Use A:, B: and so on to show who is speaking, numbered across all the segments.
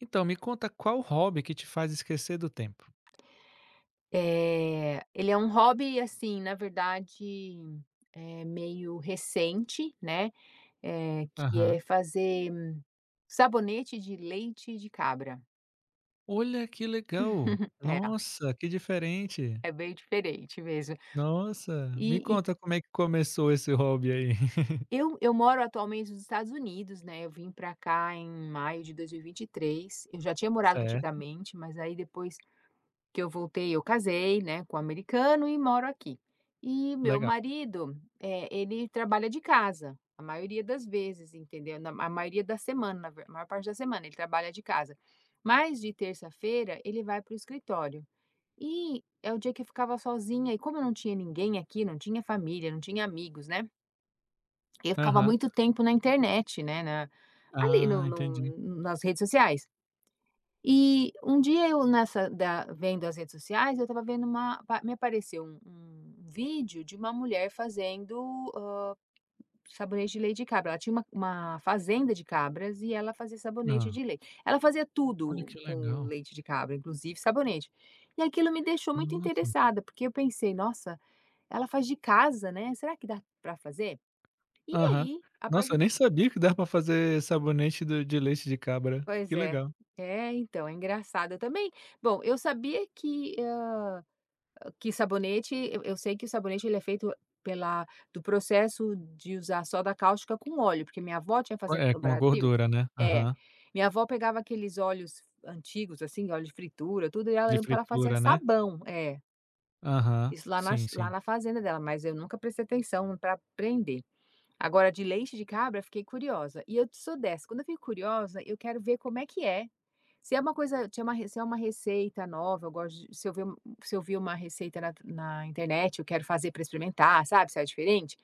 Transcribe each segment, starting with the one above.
A: Então, me conta qual hobby que te faz esquecer do tempo?
B: É, ele é um hobby, assim, na verdade, meio recente, né. É que
A: Aham.
B: é fazer sabonete de leite de cabra.
A: Olha, que legal!
B: É,
A: Nossa, que diferente!
B: é bem diferente mesmo.
A: Nossa, me
B: E
A: conta como é que começou esse hobby aí?
B: eu moro atualmente nos Estados Unidos, né. Eu vim para cá em maio de dois mil e vinte e três. Eu já tinha morado
A: Certo,
B: antigamente, mas aí depois que eu voltei, eu casei, né, com um americano e moro aqui. E meu
A: legal.
B: marido, ele trabalha de casa, a maioria das vezes, entendeu? Na a maioria da semana, na ver a maior parte da semana ele trabalha de casa. Mas de terça-feira ele vai para o escritório. E é o dia que eu ficava sozinha e como eu não tinha ninguém aqui, não tinha família, não tinha amigos, né, eu ficava
A: Aham.
B: muito tempo na internet, né, na ali
A: Ah,
B: no
A: entendi.
B: no nas redes sociais. E um dia eu nessa da vendo as redes sociais, eu estava vendo uma pa me apareceu um vídeo de uma mulher fazendo, sabonete de leite de cabra. Ela tinha uma fazenda de cabras e ela fazia sabonete
A: Ah,
B: de leite. Ela fazia
A: olha,
B: tudo
A: que
B: com
A: legal.
B: leite de cabra, inclusive sabonete. E aquilo me deixou muito
A: Nossa.
B: interessada, porque eu pensei: "Nossa, ela faz de casa, né, será que dá pra fazer?". E
A: Aham.
B: aí, a
A: Nossa, eu
B: partir
A: nem sabia que dá pra fazer sabonete do de leite de cabra.
B: Pois
A: Que
B: é.
A: legal.
B: É, então, é engraçado. Eu também bom, eu sabia que, ah, que sabonete, eu sei que o sabonete ele é feito pela do processo de usar soda cáustica com óleo, porque minha avó tinha fazenda
A: É,
B: no
A: com a
B: Brasil.
A: gordura, né.
B: É.
A: Aham.
B: Minha avó pegava aqueles óleos antigos, assim, óleo de fritura, tudo, e ela
A: De
B: ela fazia
A: fritura, né.
B: sabão. É,
A: Aham.
B: isso
A: Sim,
B: lá
A: sim.
B: na fazenda dela, mas eu nunca prestei atenção para aprender. Agora de leite de cabra, fiquei curiosa. E eu sou dessa, quando eu fico curiosa, eu quero ver como é que é. Se é uma receita nova, eu gosto de se eu ver um- se eu vi uma receita na internet, eu quero fazer para experimentar, sabe, se é diferente.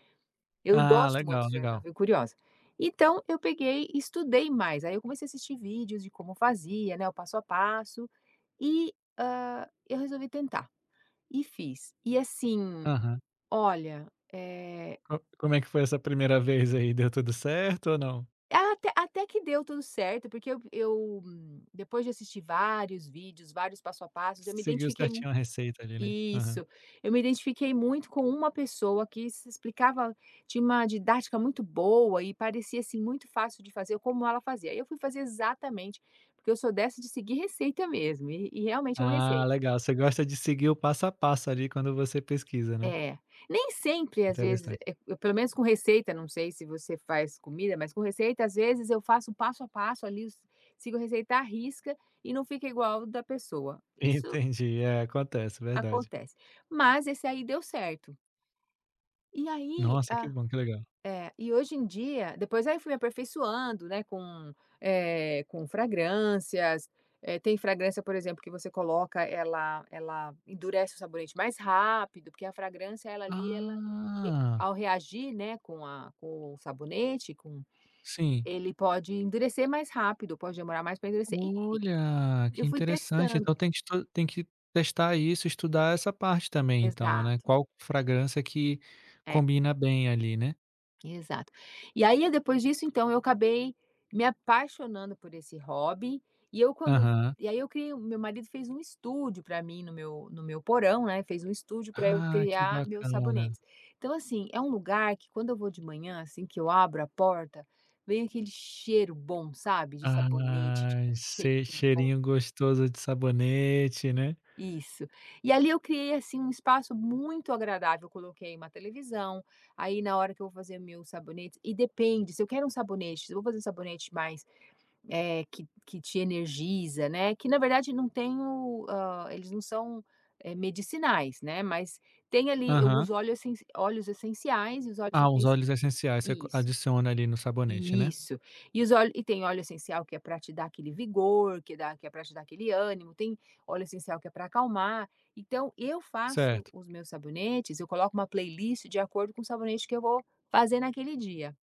B: Eu
A: Ah,
B: gosto muito de
A: legal,
B: experimentar,
A: legal.
B: fui curiosa. Então eu peguei e estudei mais, aí eu comecei a assistir vídeos de como fazia, né, o passo a passo, e, eu resolvi tentar, e fiz. E assim,
A: Aham.
B: olha, eh,
A: Co como é que foi essa primeira vez aí, deu tudo certo ou não?
B: até que deu tudo certo, porque eu depois de assistir vários vídeos, vários passo a passos, eu me
A: Seguiu
B: identifiquei.
A: certinho a receita ali, né? Aham.
B: Isso. Eu me identifiquei muito com uma pessoa que se explicava de uma didática muito boa e parecia, assim, muito fácil de fazer como ela fazia. Aí eu fui fazer exatamente, porque eu sou dessa de seguir receita mesmo, e realmente é uma
A: Ah,
B: receita.
A: legal, você gosta de seguir o passo a passo ali quando você pesquisa, né?
B: É. Nem sempre, às vezes,
A: Interessante.
B: eu pelo menos com receita, não sei se você faz comida, mas com receita, às vezes, eu faço um passo a passo ali, s sigo a receita à risca e não fica igual da pessoa. Isso
A: Entendi, é, acontece, verdade.
B: acontece. Mas esse aí deu certo. E aí
A: Nossa, que
B: ah,
A: bom, que legal.
B: É, e hoje em dia depois aí eu fui me aperfeiçoando, né, com, com fragrâncias. Tem fragrância, por exemplo, que você coloca, ela endurece o sabonete mais rápido, porque a fragrância ela ali, ela re
A: Ah,
B: ao reagir, né, com o sabonete, com
A: sim.
B: ele pode endurecer mais rápido, pode demorar mais para endurecer. E
A: Olha,
B: eu
A: que
B: fui
A: interessante, então
B: testando.
A: tem que testar isso, estudar essa parte também então, né,
B: Exato,
A: qual fragrância que
B: é.
A: combina bem ali, né?
B: Exato. E aí, depois disso, então, eu acabei me apaixonando por esse hobby, e eu quando
A: Aham.
B: e aí eu criei meu marido fez um estúdio para mim no meu porão, né, fez um estúdio para eu
A: Ah, que
B: criar meus
A: bacana.
B: sabonetes. Então, assim, é um lugar que quando eu vou de manhã, assim, que eu abro a porta, vem aquele cheiro bom, sabe, de sabonete, de
A: Ai,
B: cheiro
A: sei,
B: bom.
A: cheirinho gostoso de sabonete, né.
B: Isso. E ali eu criei, assim, um espaço muito agradável. Eu coloquei uma televisão, aí na hora que eu vou fazer meu sabonete e depende, se eu quero um sabonete, se eu vou fazer um sabonete mais, que te energiza, né, que na verdade não tenho o eles não são, medicinais, né, mas tem ali eu
A: Aham.
B: uso óleos essenciais e os óleos
A: Ah, uns
B: essenci
A: óleos essenciais você co
B: Isso.
A: adiciona ali no sabonete, né?
B: Isso. E tem óleo essencial que é para te dar aquele vigor, que é para te dar aquele ânimo, tem óleo essencial que é para acalmar. Então eu faço
A: Certo.
B: os meus sabonetes, eu coloco uma playlist de acordo com o sabonete que eu vou fazer naquele dia,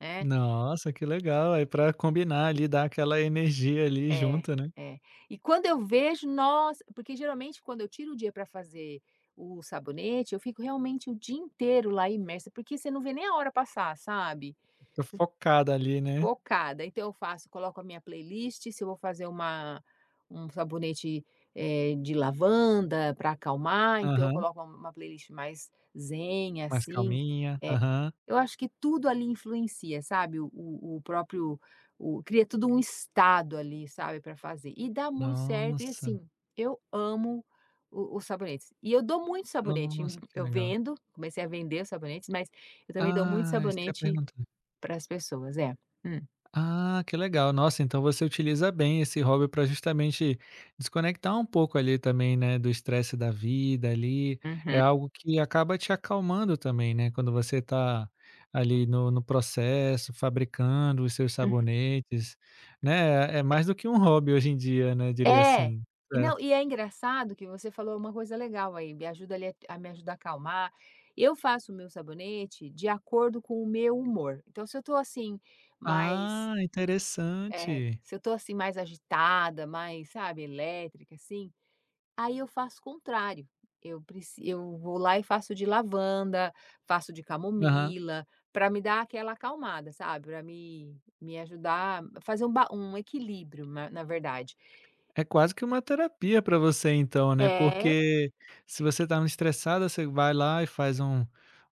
B: né.
A: Nossa, que legal, aí pra combinar ali, dar aquela energia ali
B: É,
A: junto, né.
B: é. E quando eu vejo, nossa, porque geralmente quando eu tiro o dia para fazer o sabonete, eu fico realmente o dia inteiro lá imersa, porque você não vê nem a hora passar, sabe.
A: Fica focada ali, né.
B: Focada. Então eu faço coloco a minha playlist, se eu vou fazer uma um sabonete, de lavanda para acalmar, então eu
A: Aham.
B: coloco uma playlist mais zen,
A: Mais
B: assim.
A: calminha.
B: Eh,
A: Aham.
B: eu acho que tudo ali influencia, sabe, o próprio o cria tudo um estado ali, sabe, para fazer. E dá muito certo e,
A: Nossa,
B: assim, eu amo o os sabonetes. E eu dou muito sabonete,
A: nossa, que
B: eu
A: legal.
B: vendo, comecei a vender os sabonetes, mas eu também dou muito
A: Ah, isso que eu ia
B: sabonete
A: perguntar.
B: para as pessoas. É. Hum.
A: Ah, que legal. Nossa, então você utiliza bem esse hobby para justamente desconectar um pouco ali também, né, do estresse da vida ali. É
B: Uhum.
A: algo que acaba te acalmando também, né? Quando você está ali no processo, fabricando os seus sabonetes, né? É é mais do que um hobby hoje em dia, né? Diria
B: É.
A: assim.
B: E não,
A: Certo.
B: e é engraçado que você falou uma coisa legal aí, me ajuda ali a me ajudar a acalmar. Eu faço o meu sabonete de acordo com o meu humor. Então, se eu tô assim, mais
A: Ah,
B: é,
A: interessante.
B: se eu tô assim mais agitada, mais, sabe, elétrica assim, aí eu faço o contrário. Eu vou lá e faço de lavanda, faço de
A: Aham.
B: camomila, para me dar aquela acalmada, sabe, para me ajudar a fazer um ba um equilíbrio, na verdade.
A: É quase que uma terapia para você então, né,
B: É,
A: porque se você tá muito estressada, você vai lá e faz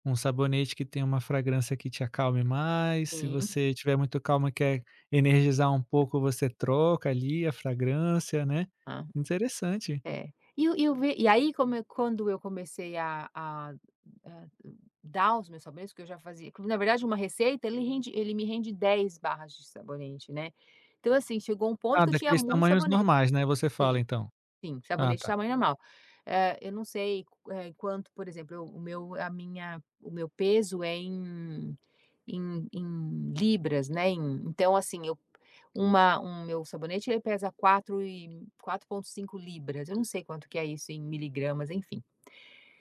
A: um sabonete que tem uma fragrância que te acalme mais, se
B: sim,
A: você tiver muito calma, quer energizar um pouco, você troca ali a fragrância, né.
B: hã,
A: Interessante.
B: é. E eu, e o ve E aí como eu quando eu comecei a dar os meus sabonetes, que eu já fazia que, na verdade uma receita ele me rende 10 barras de sabonete, né. Então assim, chegou um ponto
A: Ah,
B: que eu tinha
A: daqueles
B: muito
A: tamanhos
B: sabonete,
A: normais, né, você fala
B: sim.
A: então?
B: Sim,
A: Ah,
B: sabonete de
A: tá.
B: tamanho normal. Eu não sei, quanto, por exemplo, o meu peso é em em libras, né, em então, assim, eu uma um meu sabonete, ele pesa 4,5 libras, eu não sei quanto que é isso em miligramas, enfim.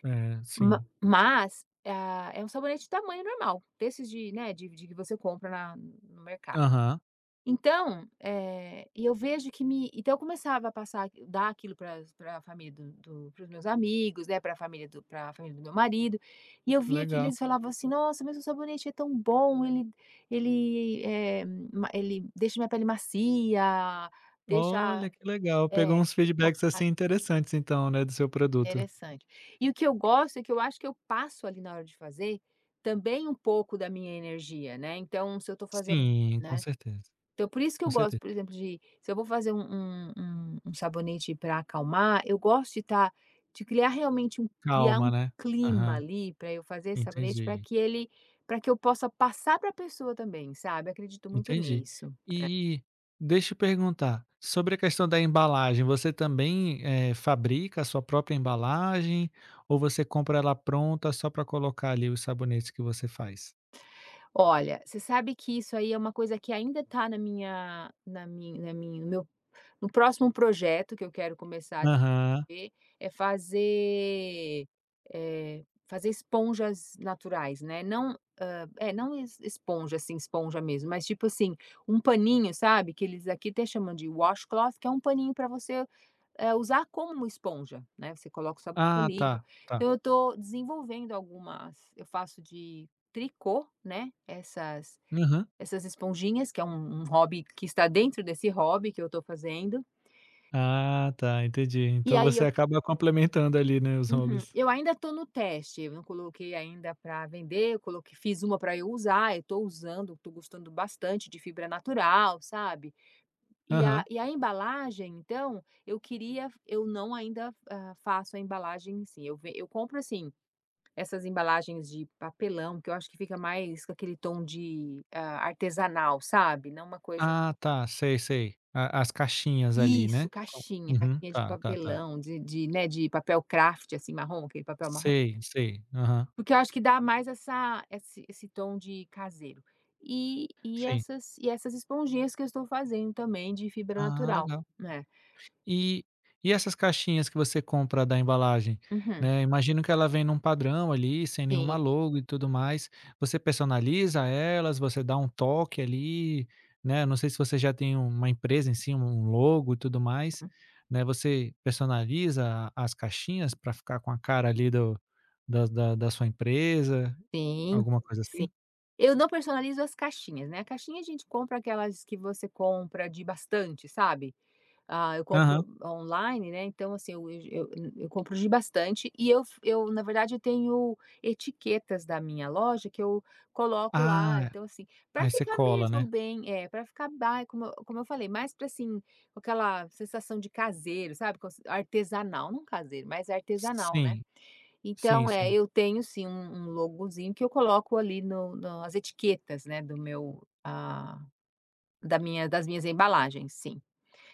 A: É,
B: Ma
A: sim.
B: mas, é um sabonete de tamanho normal, desses de, né, de que você compra na no mercado.
A: Aham.
B: Então, e eu vejo que me então eu começava a dar aquilo para a família do do para meus amigos, né, para a família do meu marido, e eu via que
A: Legal.
B: eles falavam assim: "Nossa, mas o sabonete é tão bom, ele ele, eh, ma ele deixa minha pele macia, deixa",
A: Olha, que legal. Pegou
B: é,
A: uns feedbacks, assim,
B: hidratada,
A: interessantes então, né, do seu produto.
B: interessante. E o que eu gosto é que eu acho que eu passo ali na hora de fazer, também um pouco da minha energia, né, então se eu estou fazendo,
A: Sim, com
B: né.
A: certeza,
B: Então, por isso que eu
A: com
B: gosto,
A: certeza.
B: por exemplo, de se eu vou fazer um sabonete para acalmar, eu gosto de estar de criar realmente criar
A: Calma,
B: um
A: né.
B: clima
A: Aham,
B: ali para eu fazer esse sabonete, para
A: entendi,
B: que ele para que eu possa passar para a pessoa também, sabe. Acredito muito
A: entendi.
B: nisso.
A: E deixa eu perguntar, sobre a questão da embalagem, você também, fabrica a sua própria embalagem ou você compra ela pronta só para colocar ali os sabonetes que você faz?
B: Olha, você sabe que isso aí é uma coisa que ainda está na minha na minha na minha no meu no próximo projeto que eu quero começar a
A: Aham.
B: é fazer, fazer esponjas naturais, né, não, não es esponja, assim, esponja mesmo, mas tipo assim, um paninho, sabe, que eles aqui até chamam de washcloth, que é um paninho para você, usar como uma esponja, né, você coloca sua bucha
A: Ah,
B: ali.
A: tá, tá.
B: Então eu tô desenvolvendo algumas eu faço de tricô, né, essas
A: Aham.
B: essas esponjinhas, que é um hobby que está dentro desse hobby que eu tô fazendo.
A: Ah, tá, entendi.
B: E
A: Então
B: aí
A: você
B: eu.
A: acaba complementando ali, né, os
B: Uhum.
A: hobbies.
B: Eu ainda estou no teste, eu não coloquei ainda para vender, eu coloquei fiz uma para eu usar, eu estou usando, estou gostando bastante de fibra natural, sabe.
A: Aham.
B: E a embalagem então, eu queria eu não ainda, hã, faço a embalagem em si, eu compro, assim, essas embalagens de papelão que eu acho que fica mais com aquele tom de, artesanal, sabe, não uma coisa.
A: Ah, tá, sei, sei. A, as caixinhas ali,
B: Isso,
A: né. Com
B: caixinha,
A: uhum,
B: caixinha de
A: tá, tá, tá.
B: papelão, de papel craft, assim, marrom, aquele papel marrom.
A: Sei, sei. Aham,
B: Porque eu acho que dá mais essa esse esse tom de caseiro. E e
A: sim.
B: essas e essas esponjinhas que eu estou fazendo também de fibra
A: Ah,
B: natural,
A: legal.
B: né.
A: E essas caixinhas que você compra da embalagem,
B: Uhum.
A: né, imagino que ela vem num padrão ali, sem
B: Sim,
A: nenhuma logo e tudo mais. Você personaliza elas, você dá um toque ali, né, não sei se você já tem uma empresa em si, um logo e tudo mais, né, você personaliza as caixinhas para ficar com a cara ali do da da da sua empresa,
B: sim,
A: alguma coisa
B: sim.
A: assim?
B: Eu não personalizo as caixinhas, né, a caixinha a gente compra aquelas que você compra de bastante, sabe? Ah, eu
A: Aham.
B: compro online, né, então assim, eu compro de bastante e eu na verdade, eu tenho etiquetas da minha loja que eu coloco lá,
A: Ah,
B: então assim, para
A: aí você
B: ficar
A: cola,
B: mesmo
A: né?
B: bem para ficar ba como eu falei, mais para assim, com aquela sensação de caseiro, sabe, cons artesanal, não caseiro, mas artesanal, né.
A: Sim, sim,
B: Então,
A: sim.
B: eu tenho sim um logozinho que eu coloco ali no no nas etiquetas, né, do meu ah, da minha das minhas embalagens, sim.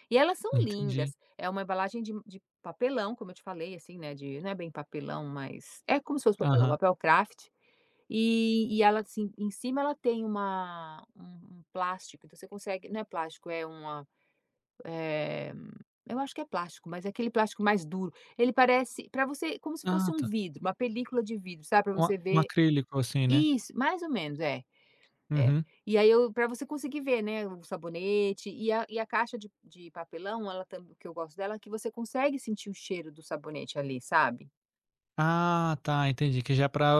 B: E elas são
A: Entendi.
B: lindas. É uma embalagem de papelão, como eu te falei, assim, né, de não é bem papelão, mas é como se fosse papelão,
A: Aham.
B: papel craft. E ela, assim, em cima ela tem uma um um plástico, então você consegue não é plástico, é uma, eh, eu acho que é plástico, mas é aquele plástico mais duro. Ele parece para você como se fosse
A: Ah,
B: um
A: tá.
B: vidro, uma película de vidro, sabe, para
A: Um a
B: você
A: um
B: ver
A: acrílico, assim, né?
B: isso, mais ou menos, é. É.
A: Uhum.
B: E aí eu para você conseguir ver, né, o sabonete e a caixa de papelão, ela tam que eu gosto dela, é que você consegue sentir o cheiro do sabonete ali, sabe.
A: Ah, tá, entendi, que já para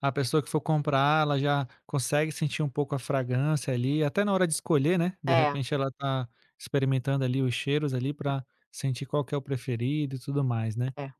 A: a pessoa que for comprar, ela já consegue sentir um pouco a fragrância ali, até na hora de escolher, né, de
B: É,
A: repente ela tá experimentando ali os cheiros ali para sentir qual que é o preferido e tudo mais, né?
B: é.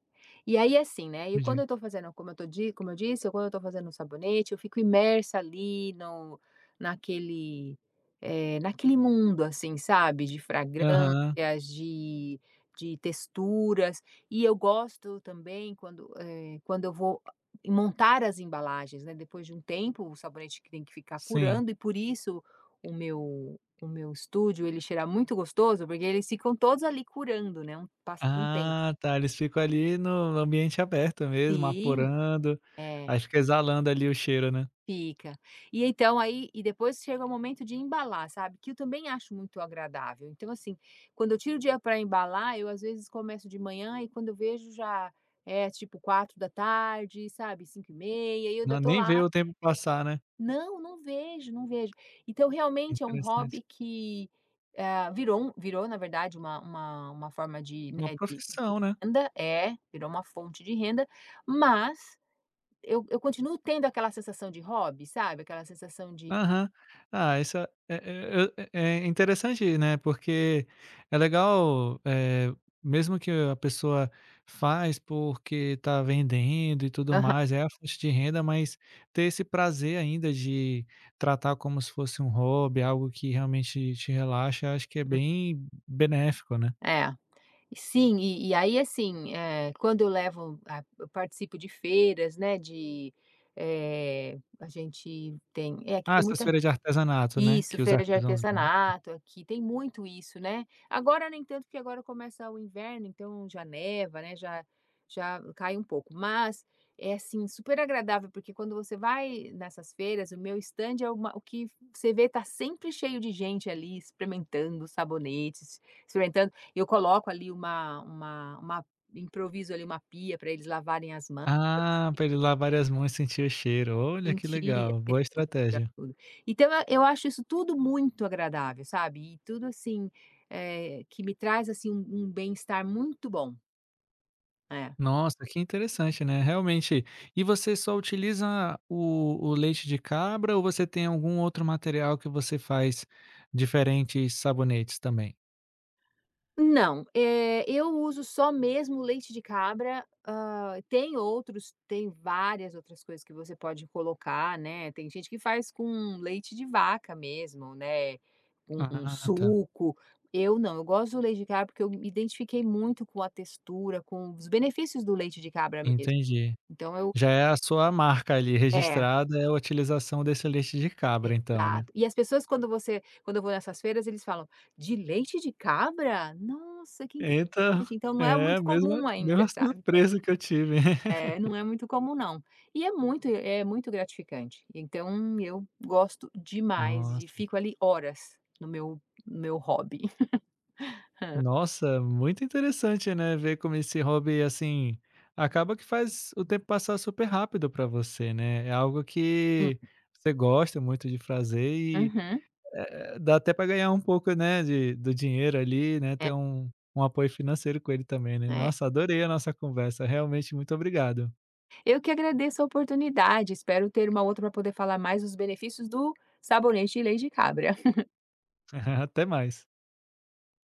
B: E aí, assim, né, e quando
A: Entendi.
B: eu tô fazendo como eu disse, quando eu tô fazendo o sabonete, eu fico imersa ali no naquele, eh, naquele mundo, assim, sabe, de
A: Aham,
B: fragrâncias, de texturas. E eu gosto também quando eu vou montar as embalagens, né, depois de um tempo, o sabonete que tem que ficar
A: sim.
B: curando e por isso o meu estúdio, ele cheira muito gostoso, porque eles ficam todos ali curando, né, um passa um tempo.
A: Ah, tá, eles ficam ali no ambiente aberto mesmo,
B: Sim,
A: apurando,
B: é.
A: aí fica exalando ali o cheiro, né?
B: Fica. E então aí, e depois chega o momento de embalar, sabe, que eu também acho muito agradável. Então, assim, quando eu tiro o dia para embalar, eu às vezes começo de manhã e quando eu vejo já é tipo 4 da tarde, sabe, 5h30 e eu ainda
A: Não
B: tô
A: nem
B: lá.
A: vê o tempo passar, né?
B: Não, não vejo, não vejo. Então realmente é um
A: Interessante.
B: hobby que, virou na verdade uma forma de,
A: Uma
B: né, de
A: profissão, né?
B: renda. É, virou uma fonte de renda, mas eu continuo tendo aquela sensação de hobby, sabe, aquela sensação de
A: Aham. Ah, isso é interessante, né, porque é legal, mesmo que a pessoa faz porque tá vendendo e tudo
B: Aham,
A: mais, é a fonte de renda, mas ter esse prazer ainda de tratar como se fosse um hobby, algo que realmente te relaxa, acho que é
B: hum,
A: bem benéfico, né.
B: é. Sim, e aí, assim, quando eu levo a eu participo de feiras, né, de, a gente tem que
A: Ah,
B: tem
A: essas
B: muita.
A: feiras de artesanato, né,
B: Isso,
A: que os
B: feira de
A: artesãos vão, né?
B: artesanato, aqui tem muito isso, né. Agora nem tanto, porque agora começa o inverno, então já neva, né, já cai um pouco, mas é, assim, super agradável, porque quando você vai nessas feiras, o meu stand é uma o que você vê, tá sempre cheio de gente ali experimentando os sabonetes, experimentando eu coloco ali uma improviso ali uma pia para eles lavarem as mãos.
A: Ah, pra ele lavarem as mãos e sentir o cheiro. Olha, que
B: Sentir a
A: legal, boa
B: textura,
A: estratégia.
B: tudo. Então eu acho isso tudo muito agradável, sabe, e tudo assim, que me traz, assim, um bem-estar muito bom. É.
A: Nossa, que interessante, né, realmente. E você só utiliza o leite de cabra ou você tem algum outro material que você faz diferentes sabonetes também?
B: Não, eu uso só mesmo leite de cabra, tem várias outras coisas que você pode colocar, né, tem gente que faz com leite de vaca mesmo, né, com um
A: Ah, tá,
B: suco. Eu não, eu gosto do leite de cabra, porque eu me identifiquei muito com a textura, com os benefícios do leite de cabra mesmo.
A: entendi.
B: Então eu
A: Já é a sua marca ali
B: É,
A: registrada, é a utilização desse leite de cabra então, né?
B: exato. E as pessoas quando eu vou nessas feiras, eles falam: "De leite de cabra? Nossa, que
A: Então,
B: interessante". Então não é
A: é a
B: muito
A: mesma
B: comum ainda,
A: mesma
B: sabe.
A: surpresa que eu tive.
B: É, não é muito comum não. E é muito gratificante. Então eu gosto demais e
A: Nossa.
B: fico ali horas no meu hobby.
A: Nossa, muito interessante, né, ver como esse hobby, assim, acaba que faz o tempo passar super rápido para você, né. É algo
B: Hum.
A: que você gosta muito de fazer e,
B: Uhum.
A: dá até para ganhar um pouco, né, de do dinheiro ali, né,
B: É,
A: ter um um apoio financeiro com ele também, né.
B: é.
A: Nossa, adorei a nossa conversa, realmente muito obrigado.
B: Eu que agradeço a oportunidade, espero ter uma outra para poder falar mais os benefícios do sabonete de leite de cabra.
A: Até mais.